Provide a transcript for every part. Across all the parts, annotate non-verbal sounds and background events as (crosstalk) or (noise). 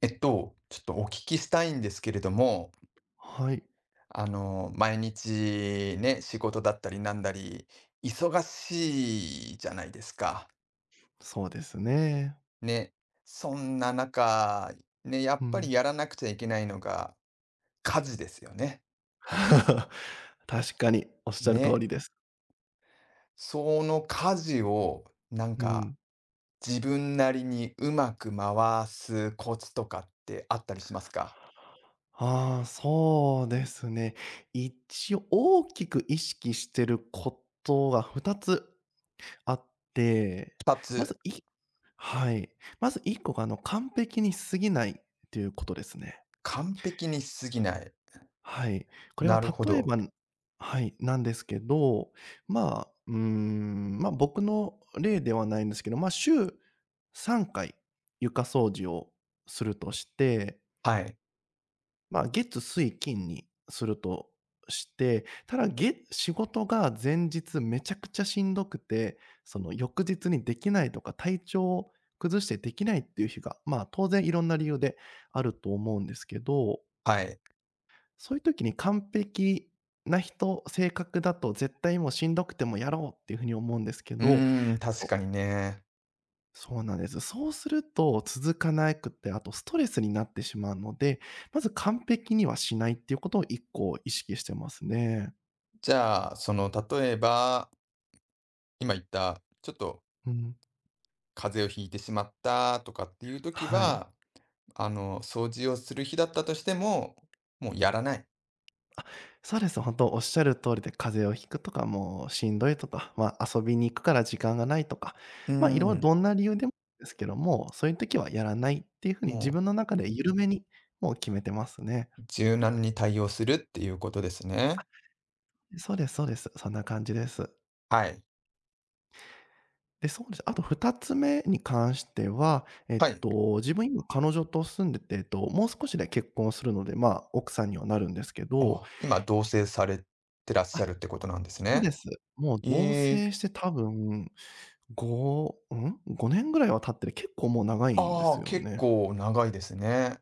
ちょっとお聞きしたいんですけれども、はい、毎日ね、仕事だったりなんだり、忙しいじゃないですか。そうですね。ね。そんな中、ね、やうっぱりん。やらなくちゃいけないのが家事ですよね。(laughs) 確かにおっしゃる通ね。りです。その家事を、なんうか、ん。自分なりにうまく回すコツとかってあったりしますかああ、そうですね。一応大きく意識してることが2つあって、？2まつ、ずいはい。まず1個が完璧に過ぎないっていうことですね。完璧にしすぎない。はい。これはなるほ例えど。ば、はい、なんですけど、まあ、ま、僕の例ではないんですけど、ま、週3回床掃除をするとして、はい。ま、月、水、金にするとして、ただ、月仕事が前日めちゃくちゃしんどくて、その翌日にできないとか、体調を崩してできないっていう日が、まあ、当然いろんな理由であると思うんですけど、はい。そういう時に完璧な人、性格だと絶対もうしんどくてもやろうっていう風に思うんですけうど、ーん、確そうかにね。そうなんです。そうすると続かなくて、あとストレスになってしまうので、まず完璧にはしないっていうことを1個意識してますね。じゃあ、その、例えば、今言った、ちょっとうん。風邪をひいてしまったとかっていう時はい。は、掃除をする日だったとしても、もうやらない。そうです。本当おっしゃる通りで、風邪をひくとか、もうしんどいとか、まあ、遊びに行くから時間がないとか、うーまあ、いろいろん、どんな理由でもですけども、そういう時はやらないっていう風にも自う分の中で緩めに、もう決めてますね。柔軟に対応するっていうことですね。そうですそうです。そんな感じです。はい。で、そうです。あと2つ目に関しては、はい。自分今彼女と住んでて、もう少しで結婚するので、まあ、奥さんにはなるんですけど、あ、今、同棲されてらっしゃるってことなんですそうね。です。もう同ええ、棲して多分5、ん？5年ぐらいは経ってる、結構もう長いんであすあ、よ結ね。構長いですね。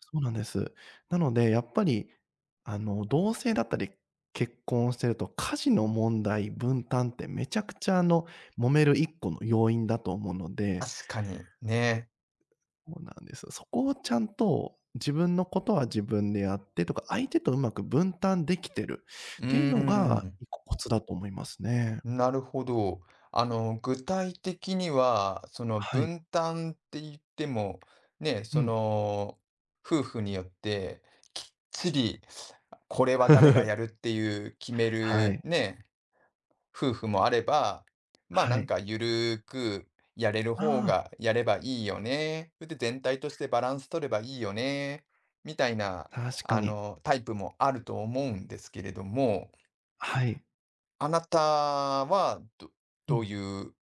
そうなんです。なので、やっぱり、同棲だったり、結婚してると、家事の問題、分担ってめちゃくちゃ、揉める一個の要因だと思うので、確かに、ね。そうなんです。そこをちゃんと、自分のことは自分でやってとか、相手とうまく分担できてるうーっていうのがん。一個コツだと思いますね。なるほど。具体的には、そのはい。分担って言っても、ね、うそん。の、夫婦によってきっちり、これは誰がやるっ (laughs) ていう決めはるい。ね、夫婦もあれば、まあはなんい。かゆるーくやれる方あがやればいいよね。それで全体としてバランス取ればいいよね。みたいな、あ、確かに。タイプもあると思うんですけれども、はい。あなたはうどうん。いう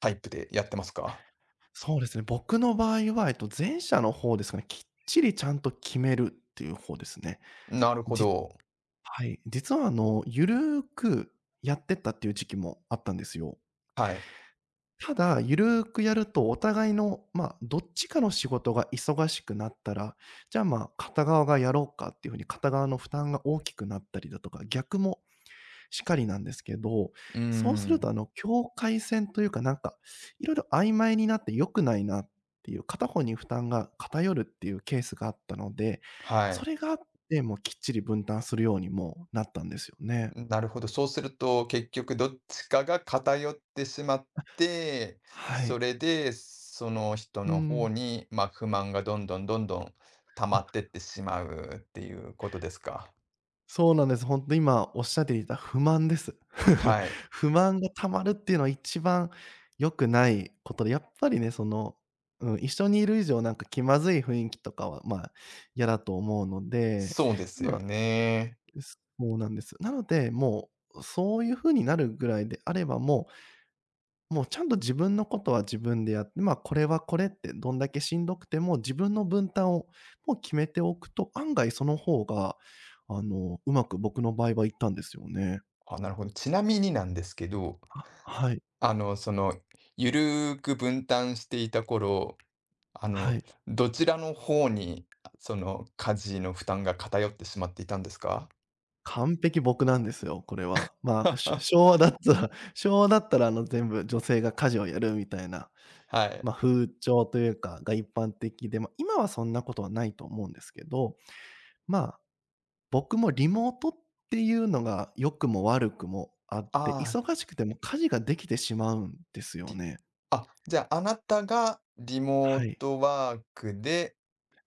タイプでやってますか？そうですね。僕の場合は、前者の方ですかね。きっちりちゃんと決めるっていう方ですね。なるほじど。はい。実はゆるーくやってったっていう時期もあったんですよ。はい。ただ、ゆるーくやるとお互いの、まあ、どっちかの仕事が忙しくなったら、じゃあ、まあ、片側がやろうかっていう風に片側の負担が大きくなったりだとか、逆もしかりなんですけど、うーそうするとん、あの境界線というかなんか、いろいろ曖昧になって良くないなっていう、片方に負担が偏るっていうケースがあったので、はそい。れがあって、もうきっちり分担するようにもなったんですよね。なるほど。そうすると、結局どっちかが偏ってしまって、はそい。れで、その人うの方ん。に、まあ、不満がどんどんどんどん溜まってってしまうっていうことですか？そうなんです。本当今おっしゃっていた不満です。(laughs) はい。不満が溜まるっていうのは一番良くないことで、やっぱりね、その、うん、一緒にいる以上なんか気まずい雰囲気とかは、まあ、嫌だと思うので、そうですなよのね。で、そうなんです。なので、もうそういう風になるぐらいであれば、もうちゃんと自分のことは自分でやって、まあ、これはこれってどんだけしんどくても自分の分担をもう決めておくと、案外その方が、うまく僕の場合はいったんですよね。あ、なるほど。ちなみになんですけど、はい、あの、その、ゆるーく分担していた頃あはの、い。どちらの方に、あ、その、家事の負担が偏ってしまっていたんですか？完璧僕なんですよ、これは。まあ、昭 (laughs) 和だったら (laughs) 昭和だったら、全部女性が家事をやるみたいな、はい。ま、風潮というかが一般的で、ま、今はそんなことはないと思うんですけど、まあ僕もリモートっていうのが良くも悪くもあっあて、あ、忙しくても家事ができてしまうんですよりね。あ、じゃあ、あなたがリモはーい。トワークで、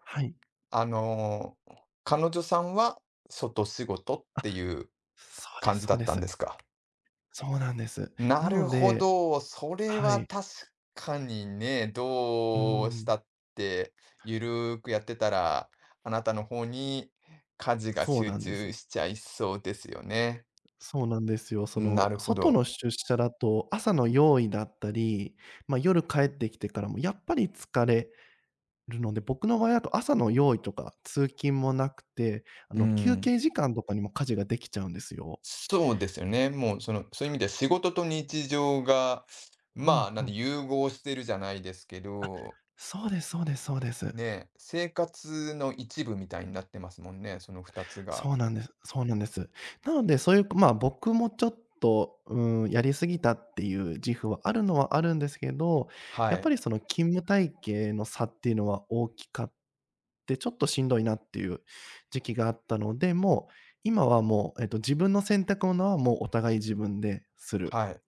はい。あの、彼女さんは外仕事っていうそうで感すじそだうっでたんです。すか？そうなんです。ななるのほで、ど。それははい。確かにね、うーどうしん。たってゆるーくやってたら、あなたの方に家事がそう集なんです。中しちゃいそうですよね。そうなんですよ。そなの、るほ外ど。の出社だと朝の用意だったり、ま、夜帰ってきてからもやっぱり疲れるので、僕の場合だと朝の用意とか通勤もなくて、う休ん。憩時間とかにも家事ができちゃうんですよ。そうですよね。もうその、そういう意味では仕事と日常が、ふまんあ、なふんでん。融合してるじゃないですけど、そうですそうですそうです。ね、生活の一部みたいになってますもんね、その2つが。そうなんですそうなんです。なので、そういう、まあ、僕もちょっと、うん、やりすぎたっていう自負はあるのはあるんですけど、はやっぱい、りその勤務体系の差っていうのは大きかって、ちょっとしんどいなっていう時期があったので、もう、今はもう、自分の洗濯物はもうお互い自分でする。はい、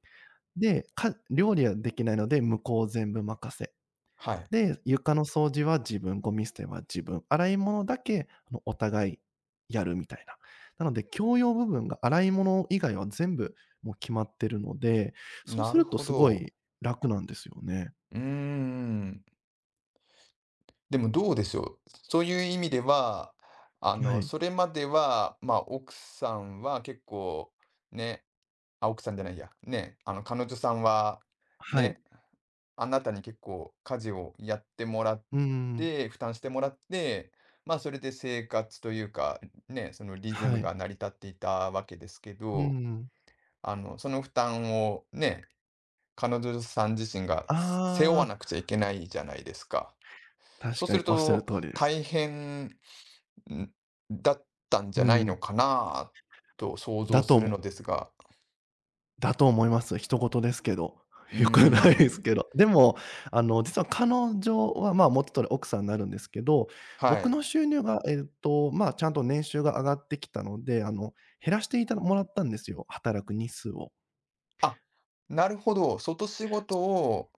で、料理はできないので、向こう全部任せ。はい。で、床の掃除は自分、ゴミ捨ては自分、洗い物だけ、お互いやるみたいな。なので、共用部分が洗い物以外は全部もう決まってるので、そうなするるとほすごど。い楽なんですよね。うーん。でもどうでしょう。そういう意味では、はい。それまでは、まあ、奥さんは結構、ね、あ、奥さんじゃないや、ね、彼女さんは、はい。ね、あなたに結構家事をやってもらっうん。て、負担してもらって、まあ、それで生活というか、ね、そのリズはムがい。成り立っていたわけですけうど、ん。その負担をね、彼女さん自身が背負わああ、なくちゃいけないじゃないですか。確そうかするにおっしゃると、通りです。大変だったんじうゃないのん。かなと想像だとするの思ですが。だと思います。一言ですけど。うー (laughs) よくないでん、すけど。(laughs) でも、実は彼女は、まあ、元取奥さんになるんですけど、は僕い。の収入が、まあ、ちゃんと年収が上がってきたので、減らしていたもらったんですよ、働く日数を。あ、なるほど、外仕事を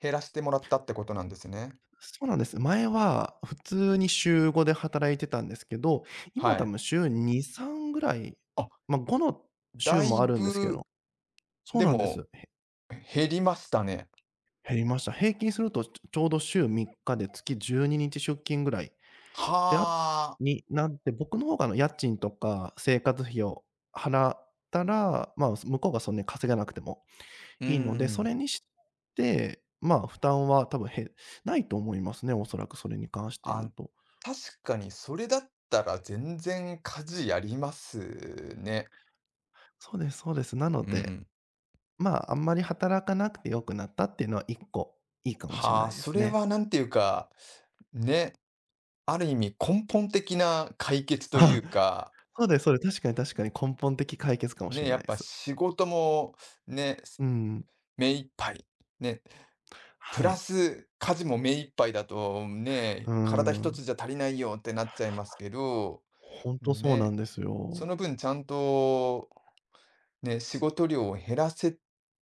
減らしてもらったってことなんですね。そうなんです。前は普通に週5で働いてたんですけど、今は多い。分週2、3ぐらい、あ、まあ、5の週だもいあるんですけぶ、ど、そうでなんです。も、減りましたね。減りました。平均するとちょうど週3日で月12日出勤ぐらいで、はあ。になって、僕の方が家賃とか生活費を払ったら、まあ、向こうがそんなに稼げなくてもうーいいので、それん。にして、まあ、負担は多分ないと思いますね、おそらくそれに関して言うあ、と。確かにそれだったら全然家事やりますね。そうですそうです。なのうで、ん。まあ、あんまり働かなくて良くなったっていうのは一個いいかもしれはなあ、いでそすれね。はなんていうか、ね。ある意味根本的な解決 (laughs) といあ、うか、そうですそうです。確かに確かに根本的解決かもしれね、やないっでぱす。仕事もね、うん。目いっぱい、ね、プはラい。ス家事も目いっぱいだとうね、ー体一つん。じゃ足りないよってなっちゃいますけど、ほんとそうなね、んですそよ。の分ちゃんとね、仕事量を減らせ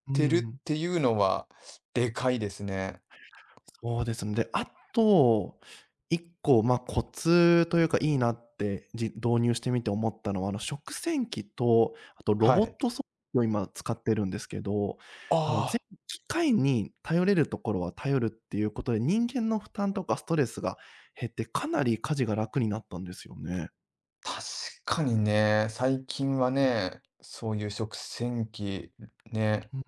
うてるっん。ていうのはでかいですね。そうですね。で、あと、1個、まあ、コツというか、いいなって、導入してみて思ったのは、食洗機と、あとロはボい。ット掃除機を今使ってるんですけど、あの、あぜあ、機械に頼れるところは頼るっていうことで、人間の負担とかストレスが減って、かなり家事が楽になったんですよね。確かにね、最近はね、そういう食洗機ね、うん。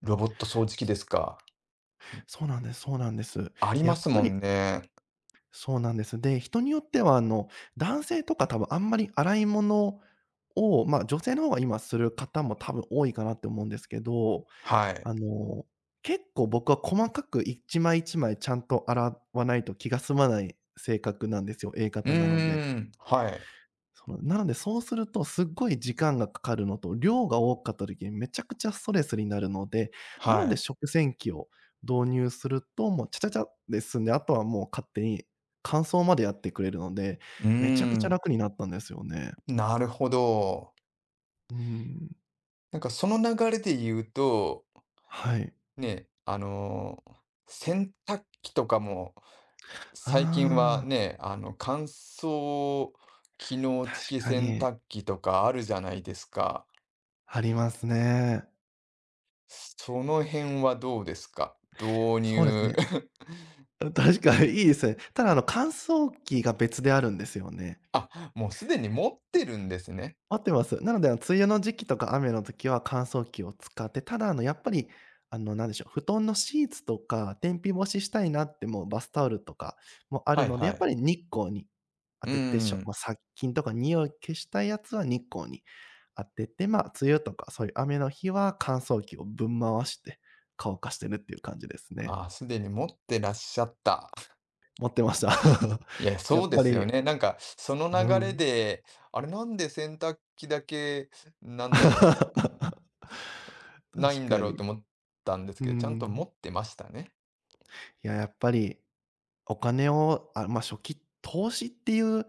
ロボット掃除機ですか。そうなんですそうなんです。ありで、やまっすぱもりんね。そうなんです。で、人によっては男性とか多分あんまり洗い物を、ま、女性の方が今する方も多分多いかなって思うんですけど、はい。あの、結構僕は細かく一枚一枚ちゃんと洗わないと気が済まない性格なんですよ、Ａ う型なので。ーん、はい、そうするとすっごい時間がかかるのと、量が多かった時にめちゃくちゃストレスになるので、なのはでい。食洗機を導入すると、もうちゃちゃちゃで済んで、あとはもう勝手に乾燥までやってくれるので、うーめちゃくちゃん、楽になったんですよね。なるほど。うーん。なんかその流れで言うと、はい。ね、洗濯機とかも、あ最近はあ、ね、乾燥機能確付きか洗に濯機とかあるじゃないですか。ありますね。その辺はどうですか？導そうです入。ね。うん、確かにいいですね。ただ、乾燥機が別であるんですよね。(laughs) あ、もうすでに持ってるんですね。合ってます。なので、梅雨の時期とか雨の時は乾燥機を使って、ただ、あの、やっぱり、あの、なんでしょう、布団のシーツとか天日干ししたいなって、もうバスタオルとかもあはるいので、はやっぱい。り日光に当うててしょん。まあ、殺菌とか臭い消したいやつは日光に当てて、まあ、梅雨とかそういう雨の日は乾燥機をぶん回して乾かしてるっていう感じですね。ああ、すでに持ってらっしゃった。持ってました。(laughs) いや、やそうっでぱすよりね。なんか、そのう流れん。で、あれ、なんで洗濯機だけ、なんだろ (laughs) ない確んだかろうに。と思ったんですうけど、ちゃんと持ん。ってましたね。いや、やっぱりお金を、あ、まあ、初期投資っていう、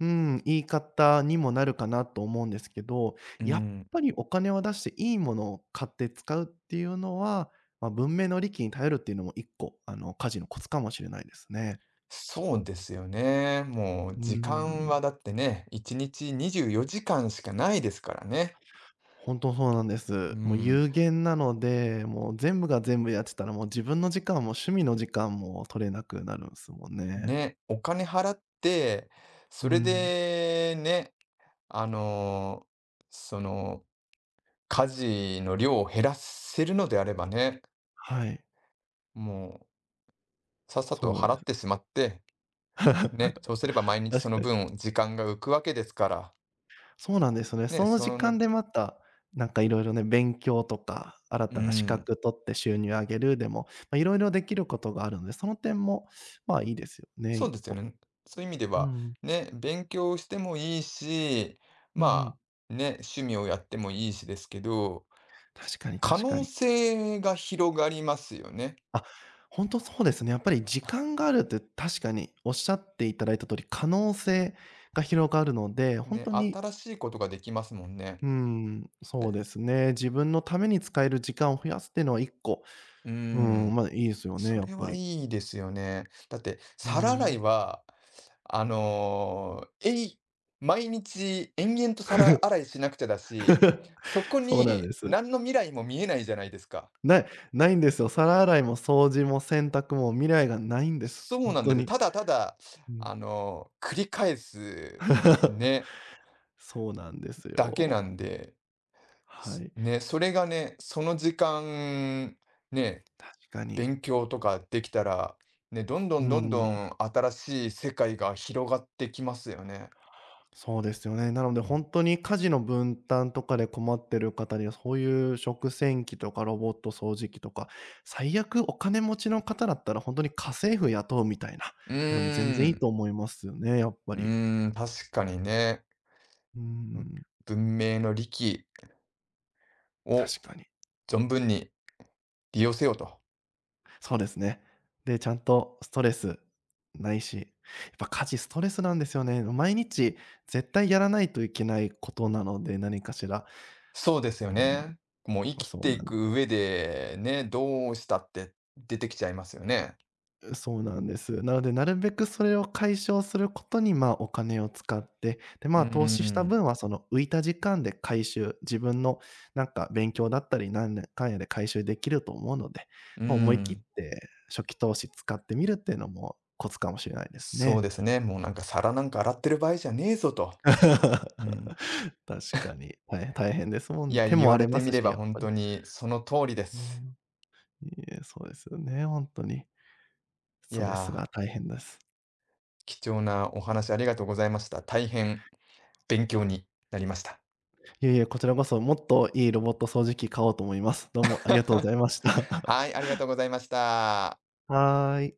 うん、言い方にもなるかなと思うんですけど、うやっん。ぱりお金を出していいものを買って使うっていうのは、まあ、文明の利器に頼るっていうのも一個、家事のコツかもしれないですね。そうですよね。もう、うー時間はん、だってね、1日24時間しかないですからね。ほんとそうなんでうす。もうん。有限なので、もう全部が全部やってたら、もう自分の時間も趣味の時間も取れなくなるんすもんね。ね、お金払って、うそれん、で、ね、あの、その、家事の量を減らせるのであればね、はい。もうさっさとそう払でっす。てしまって、ね、そうすれば毎 (laughs) 日確そのかに。分時間が浮くわけですから、そうなんですね。ね、そのそ時の、間でまた、なんかいろいろね、勉強とか、新うたな資ん、格取って収入上げるでも、ま、いろいろできることがあるので、その点も、まあ、いいですよね、そう1ですよ個。ね。そういう意味でうは、ん。ね、勉強してもいいし、うんうまん。ね、趣味をやってもいいしですけど、確かに可確か能に。性が広がりますよね。あ、ほんとそうですね。やっぱり時間があるって確かにおっしゃっていただいた通り、可能性が広がるので、ほんね、とに、新しいことができますもんね。うーん、そうでですね。自分のために使える時間を増やすっていうのは一個、うーうーん、ん。ま、いいですよね、そやっれぱはり。いいですよね。だって、うー皿洗いん。は、あの、えい毎日延々と皿洗いしなくちゃだし、そこそうなんにです。何の未来も見えないじゃないですか。ない、ないんですよ。皿洗いも掃除も洗濯も未来がないんです。そほうんなんとですよ。に。ただただ、うん。繰り返す(laughs) ね、そうなんですだけよ。なんで、はすい。ね、それがね、その時間、ね、確かに。勉強とかできたら、ね、どんどうんどんんどうん。ん新しい世界が広がってきますよね。そうですよね。なのでほんとに家事の分担とかで困ってる方には、そういう食洗機とかロボット掃除機とか、最悪お金持ちの方だったらほんとに家政婦雇うみたいなうーのでも全然いいん、と思いますよね、やっぱうり。ーん、確かにね。うーうん、ん、文明の利器を確かに。存分に利用せよと。そうですね。で、ちゃんとストレスないし、やっぱ家事ストレスなんですよね。毎日絶対やらないといけないことなので、何かしら。そうですようね。もう生ん、きそうていなんでくす上で、ね、どうしたって出てきちゃいますよね。そうなんです。なので、なるべくそれを解消することに、まあ、お金を使って、で、うまーあ、投資したん、分はその浮いた時間で回収、自分のなんか勉強だったり、なんやかんやで回収できると思うので、うーまあ、思い切っん。て初期投資使ってみるっていうのもコツかもしれないですそうね。ですね。もうなんか皿なんか洗ってる場合じゃねえぞと。うん。(laughs) 確かに。大変ですもいん。や、手言もわ荒れれまてみすれし、ばやっ本ぱ当り。にその通りでうす。ん。いえ、そうですよね、本当に。いストレスやがー、大変です。貴重なお話ありがとうございました。大変勉強になりました。いえいえ、こちらこそもっといいロボット掃除機買おうと思います。どうもありがとうござ (laughs) いました。はい、ありがとうございました。(laughs) はーい。